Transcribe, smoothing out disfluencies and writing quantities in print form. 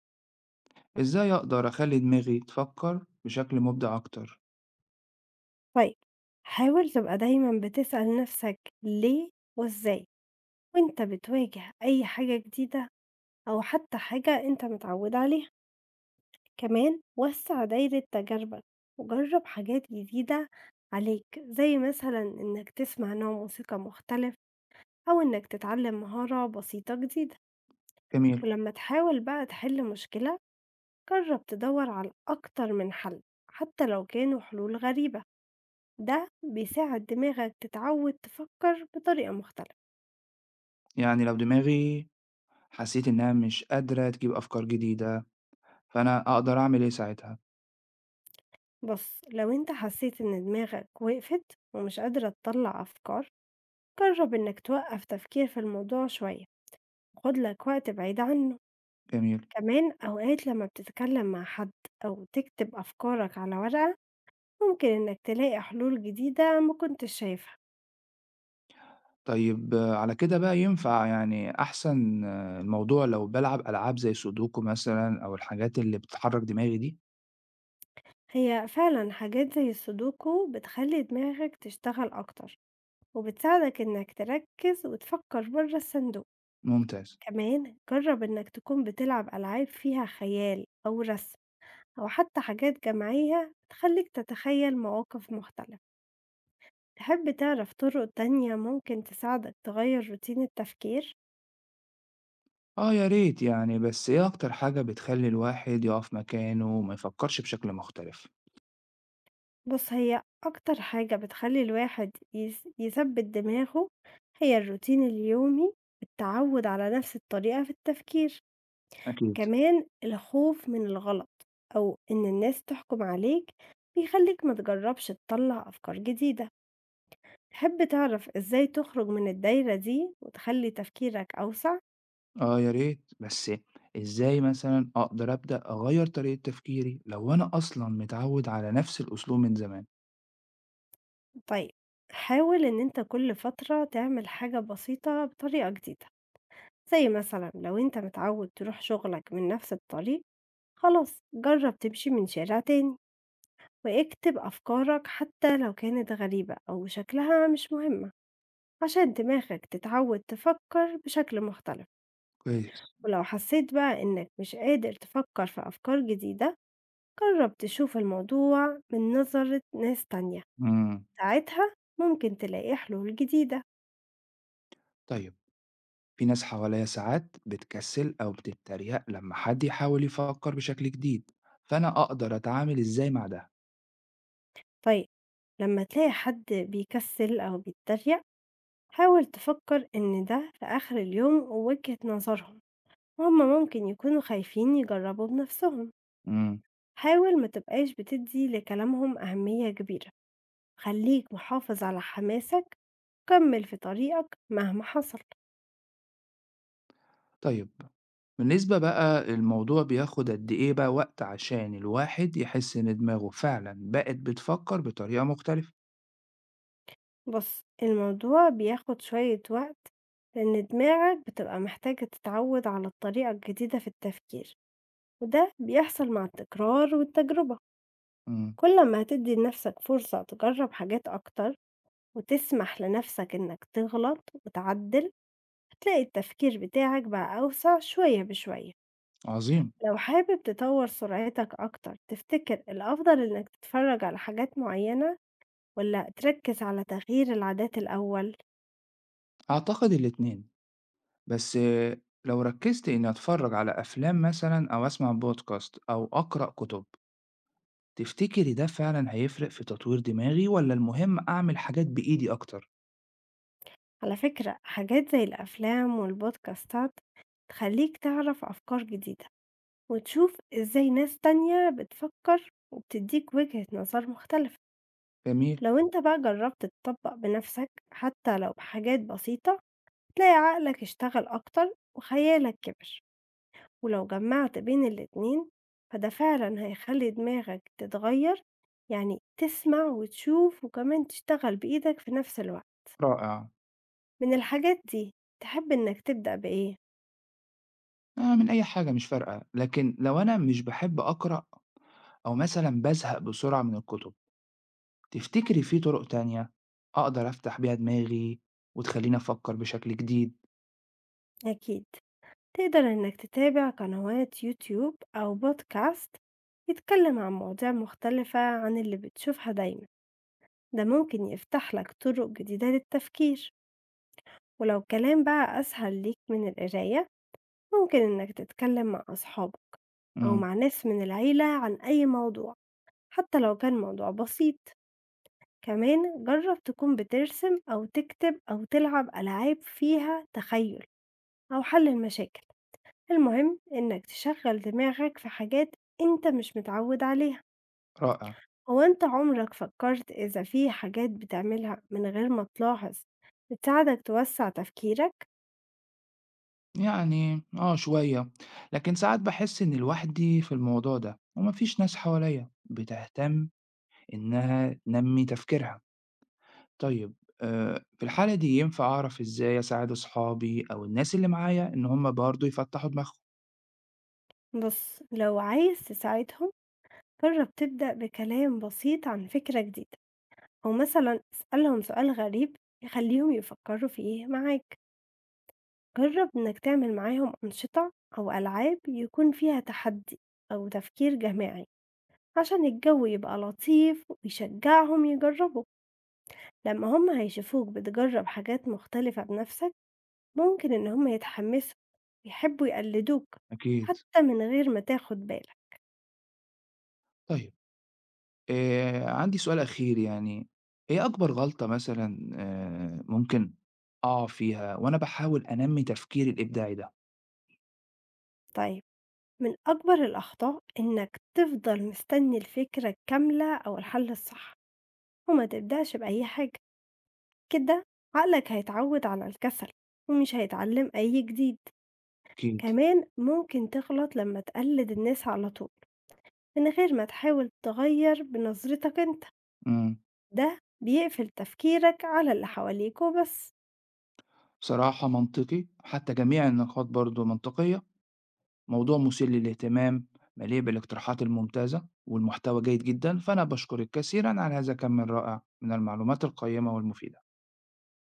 إزاي أقدر أخلي دماغي تفكر بشكل مبدع أكتر؟ طيب، حاول تبقى دايمًا بتسأل نفسك ليه وإزاي، وأنت بتواجه أي حاجة جديدة أو حتى حاجة أنت متعود عليها. كمان وسّع دايرة تجاربك وجرّب حاجات جديدة عليك، زي مثلًا إنك تسمع نوع موسيقى مختلف أو إنك تتعلم مهارة بسيطة جديدة. جميل، ولمّا تحاول بقى تحل مشكلة، جرّب تدوّر على أكتر من حل، حتى لو كانوا حلول غريبة. ده بيساعد دماغك تتعود تفكر بطريقة مختلفة. يعني لو دماغي حسيت إنها مش قادرة تجيب أفكار جديدة، فأنا أقدر أعمل إيه ساعتها؟ بص، لو انت حسيت ان دماغك وقفت ومش قادرة تطلع أفكار، جرب انك توقف تفكير في الموضوع شوية، خد لك وقت بعيد عنه. جميل، كمان أوقات لما بتتكلم مع حد أو تكتب أفكارك على ورقة، ممكن انك تلاقي حلول جديدة ما كنتش شايفها. طيب آه، على كده بقى ينفع يعني أحسن الموضوع لو بلعب ألعاب زي سودوكو مثلا أو الحاجات اللي بتحرك دماغي دي؟ هي فعلا حاجات زي السودوكو بتخلي دماغك تشتغل أكتر، وبتساعدك انك تركز وتفكر بره الصندوق. ممتاز، كمان جرب إنك تكون بتلعب ألعاب فيها خيال أو رسم، أو حتى حاجات جماعية تخليك تتخيل مواقف مختلفة. تحب تعرف طرق تانية ممكن تساعدك تغير روتين التفكير؟ آه يا ريت يعني بس إيه أكتر حاجة بتخلي الواحد يقف مكانه وما يفكرش بشكل مختلف؟ بص، هي أكتر حاجة بتخلي الواحد يثبت دماغه، هي الروتين اليومي، التعود على نفس الطريقة في التفكير. أكيد. كمان الخوف من الغلط أو إن الناس تحكم عليك، بيخليك ما تجربش تطلع أفكار جديدة. تحب تعرف إزاي تخرج من الدايرة دي وتخلّي تفكيرك أوسع؟ آه يا ريت، بس إزاي مثلًا أقدر أبدأ أغيّر طريقة تفكيري لو أنا أصلًا متعوّد على نفس الأسلوب من زمان؟ طيب، حاول إن أنت كل فترة تعمل حاجة بسيطة بطريقة جديدة، زي مثلًا لو أنت متعود تروح شغلك من نفس الطريق، خلاص جرّب تمشي من شارع تاني، واكتب أفكارك حتى لو كانت غريبة أو شكلها مش مهمة، عشان دماغك تتعود تفكر بشكل مختلف. كويس. ولو حسيت بقى إنك مش قادر تفكر في أفكار جديدة، جرب تشوف الموضوع من نظرة ناس تانية، إمم، ساعتها ممكن تلاقي حلول جديدة. طيب في ناس حواليّا ساعات بتكسّل أو بتتريق لمّا حد يحاول يفكّر بشكل جديد، فأنا أقدر أتعامل إزاي مع ده؟ طيب، لما تلاقي حد بيكسل أو بيتريق، حاول تفكر إن ده في آخر اليوم وجهة نظرهم، وهم ممكن يكونوا خايفين يجربوا بنفسهم. إمم، حاول ما تبقاش بتدي لكلامهم أهمية كبيرة، خليك محافظ على حماسك، كمل في طريقك مهما حصل. طيب بالنسبة بقى الموضوع بياخد قد إيه بقى وقت عشان الواحد يحس إن دماغه فعلًا بقت بتفكّر بطريقة مختلفة؟ بُص، الموضوع بياخد شوية وقت، لإن دماغك بتبقى محتاجة تتعوّد على الطريقة الجديدة في التفكير، وده بيحصل مع التكرار والتجربة. إمم، كل ما هتدّي لنفسك فرصة تجرّب حاجات أكتر، وتسمح لنفسك إنك تغلط وتعدّل، هتلاقي التفكير بتاعك بقى أوسع شوية بشوية. عظيم، لو حابب تطوّر سرعتك أكتر، تفتكر الأفضل إنك تتفرّج على حاجات معيّنة والّا تركّز على تغيير العادات الأول؟ أعتقد الاتنين. بس آه، لو ركزت إني أتفرج على أفلام مثلًا أو أسمع بودكاست أو أقرأ كتب، تفتكري ده فعلًا هيفرق في تطوير دماغي والّا المهم أعمل حاجات بإيدي أكتر؟ على فكرة حاجات زي الأفلام والبودكاستات تخليك تعرف أفكار جديدة، وتشوف إزاي ناس تانية بتفكر وبتديك وجهة نظر مختلفة. جميل، لو أنت بقى جربت تطبق بنفسك حتى لو بحاجات بسيطة، تلاقي عقلك اشتغل أكتر وخيالك كبر. ولو جمعت بين الاتنين، فده فعلا هيخلي دماغك تتغير، يعني تسمع وتشوف وكمان تشتغل بإيدك في نفس الوقت. رائع، من الحاجات دي، تحب إنك تبدأ بإيه؟ أعمل أي حاجة مش فارقة، لكن لو أنا مش باحب أقرأ أو مثلًا بازهق بسرعة من الكتب، تفتكري في طرق تانية أقدر أفتح بيها دماغي وتخليني أفكر بشكل جديد؟ أكيد تقدر إنك تتابع قنوات يوتيوب أو بودكاست يتكلم عن مواضيع مختلفة عن اللي بتشوفها دايما، ده ممكن يفتح لك طرق جديدة للتفكير. ولو الكلام بقى أسهل ليك من القراية، ممكن إنك تتكلم مع أصحابك أو إمم، مع ناس من العيلة عن أي موضوع، حتى لو كان موضوع بسيط. كمان جرب تكون بترسم أو تكتب أو تلعب ألعاب فيها تخيل أو حل المشاكل. المهم إنك تشغل دماغك في حاجات أنت مش متعود عليها. رائع. هو أنت عمرك فكرت إذا في حاجات بتعملها من غير ما تلاحظ بتساعدك توسع تفكيرك؟ يعني آه شوية، لكن ساعات باحس إني لوحدي في الموضوع ده ومفيش ناس حواليّا بتهتم إنها تنمّي تفكيرها. طيب في الحالة دي ينفع أعرف إزاي أساعد أصحابي أو الناس اللي معايا إن هم برضه يفتّحوا دماغهم؟ بص، لو عايز تساعدهم، جرب تبدأ بكلام بسيط عن فكرة جديدة، أو مثلا اسألهم سؤال غريب يخليهم يفكروا فيه معاك. جرب إنك تعمل معاهم أنشطة أو ألعاب يكون فيها تحدي أو تفكير جماعي، عشان الجو يبقى لطيف ويشجعهم يجربوا. لما هم هيشوفوك بتجرب حاجات مختلفة بنفسك، ممكن إن هم يتحمسوا ويحبوا يقلدوك، أكيد. حتى من غير ما تاخد بالك. طيب عندي سؤال أخير يعني، إيه أكبر غلطة مثلًا ممكن أقع فيها وأنا باحاول أنمّي تفكيري الإبداعي ده؟ طيب، من أكبر الأخطاء إنك تفضل مستني الفكرة الكاملة أو الحل الصح وما تبدأش بأي حاجة. كده عقلك هيتعود على الكسل ومش هيتعلم أي جديد. أكيد. كمان ممكن تغلط لما تقلد الناس على طول من غير ما تحاول تغير بنظرتك أنت، إمم. ده بيقفل تفكيرك على اللي حواليك وبس. بصراحة منطقي، حتى جميع النقاط برضو منطقية. موضوع مثير للاهتمام، مليء بالاقتراحات الممتازة والمحتوى جيد جدا، فأنا بشكرك كثيرا على هذا كم من رائع من المعلومات القيمة والمفيدة.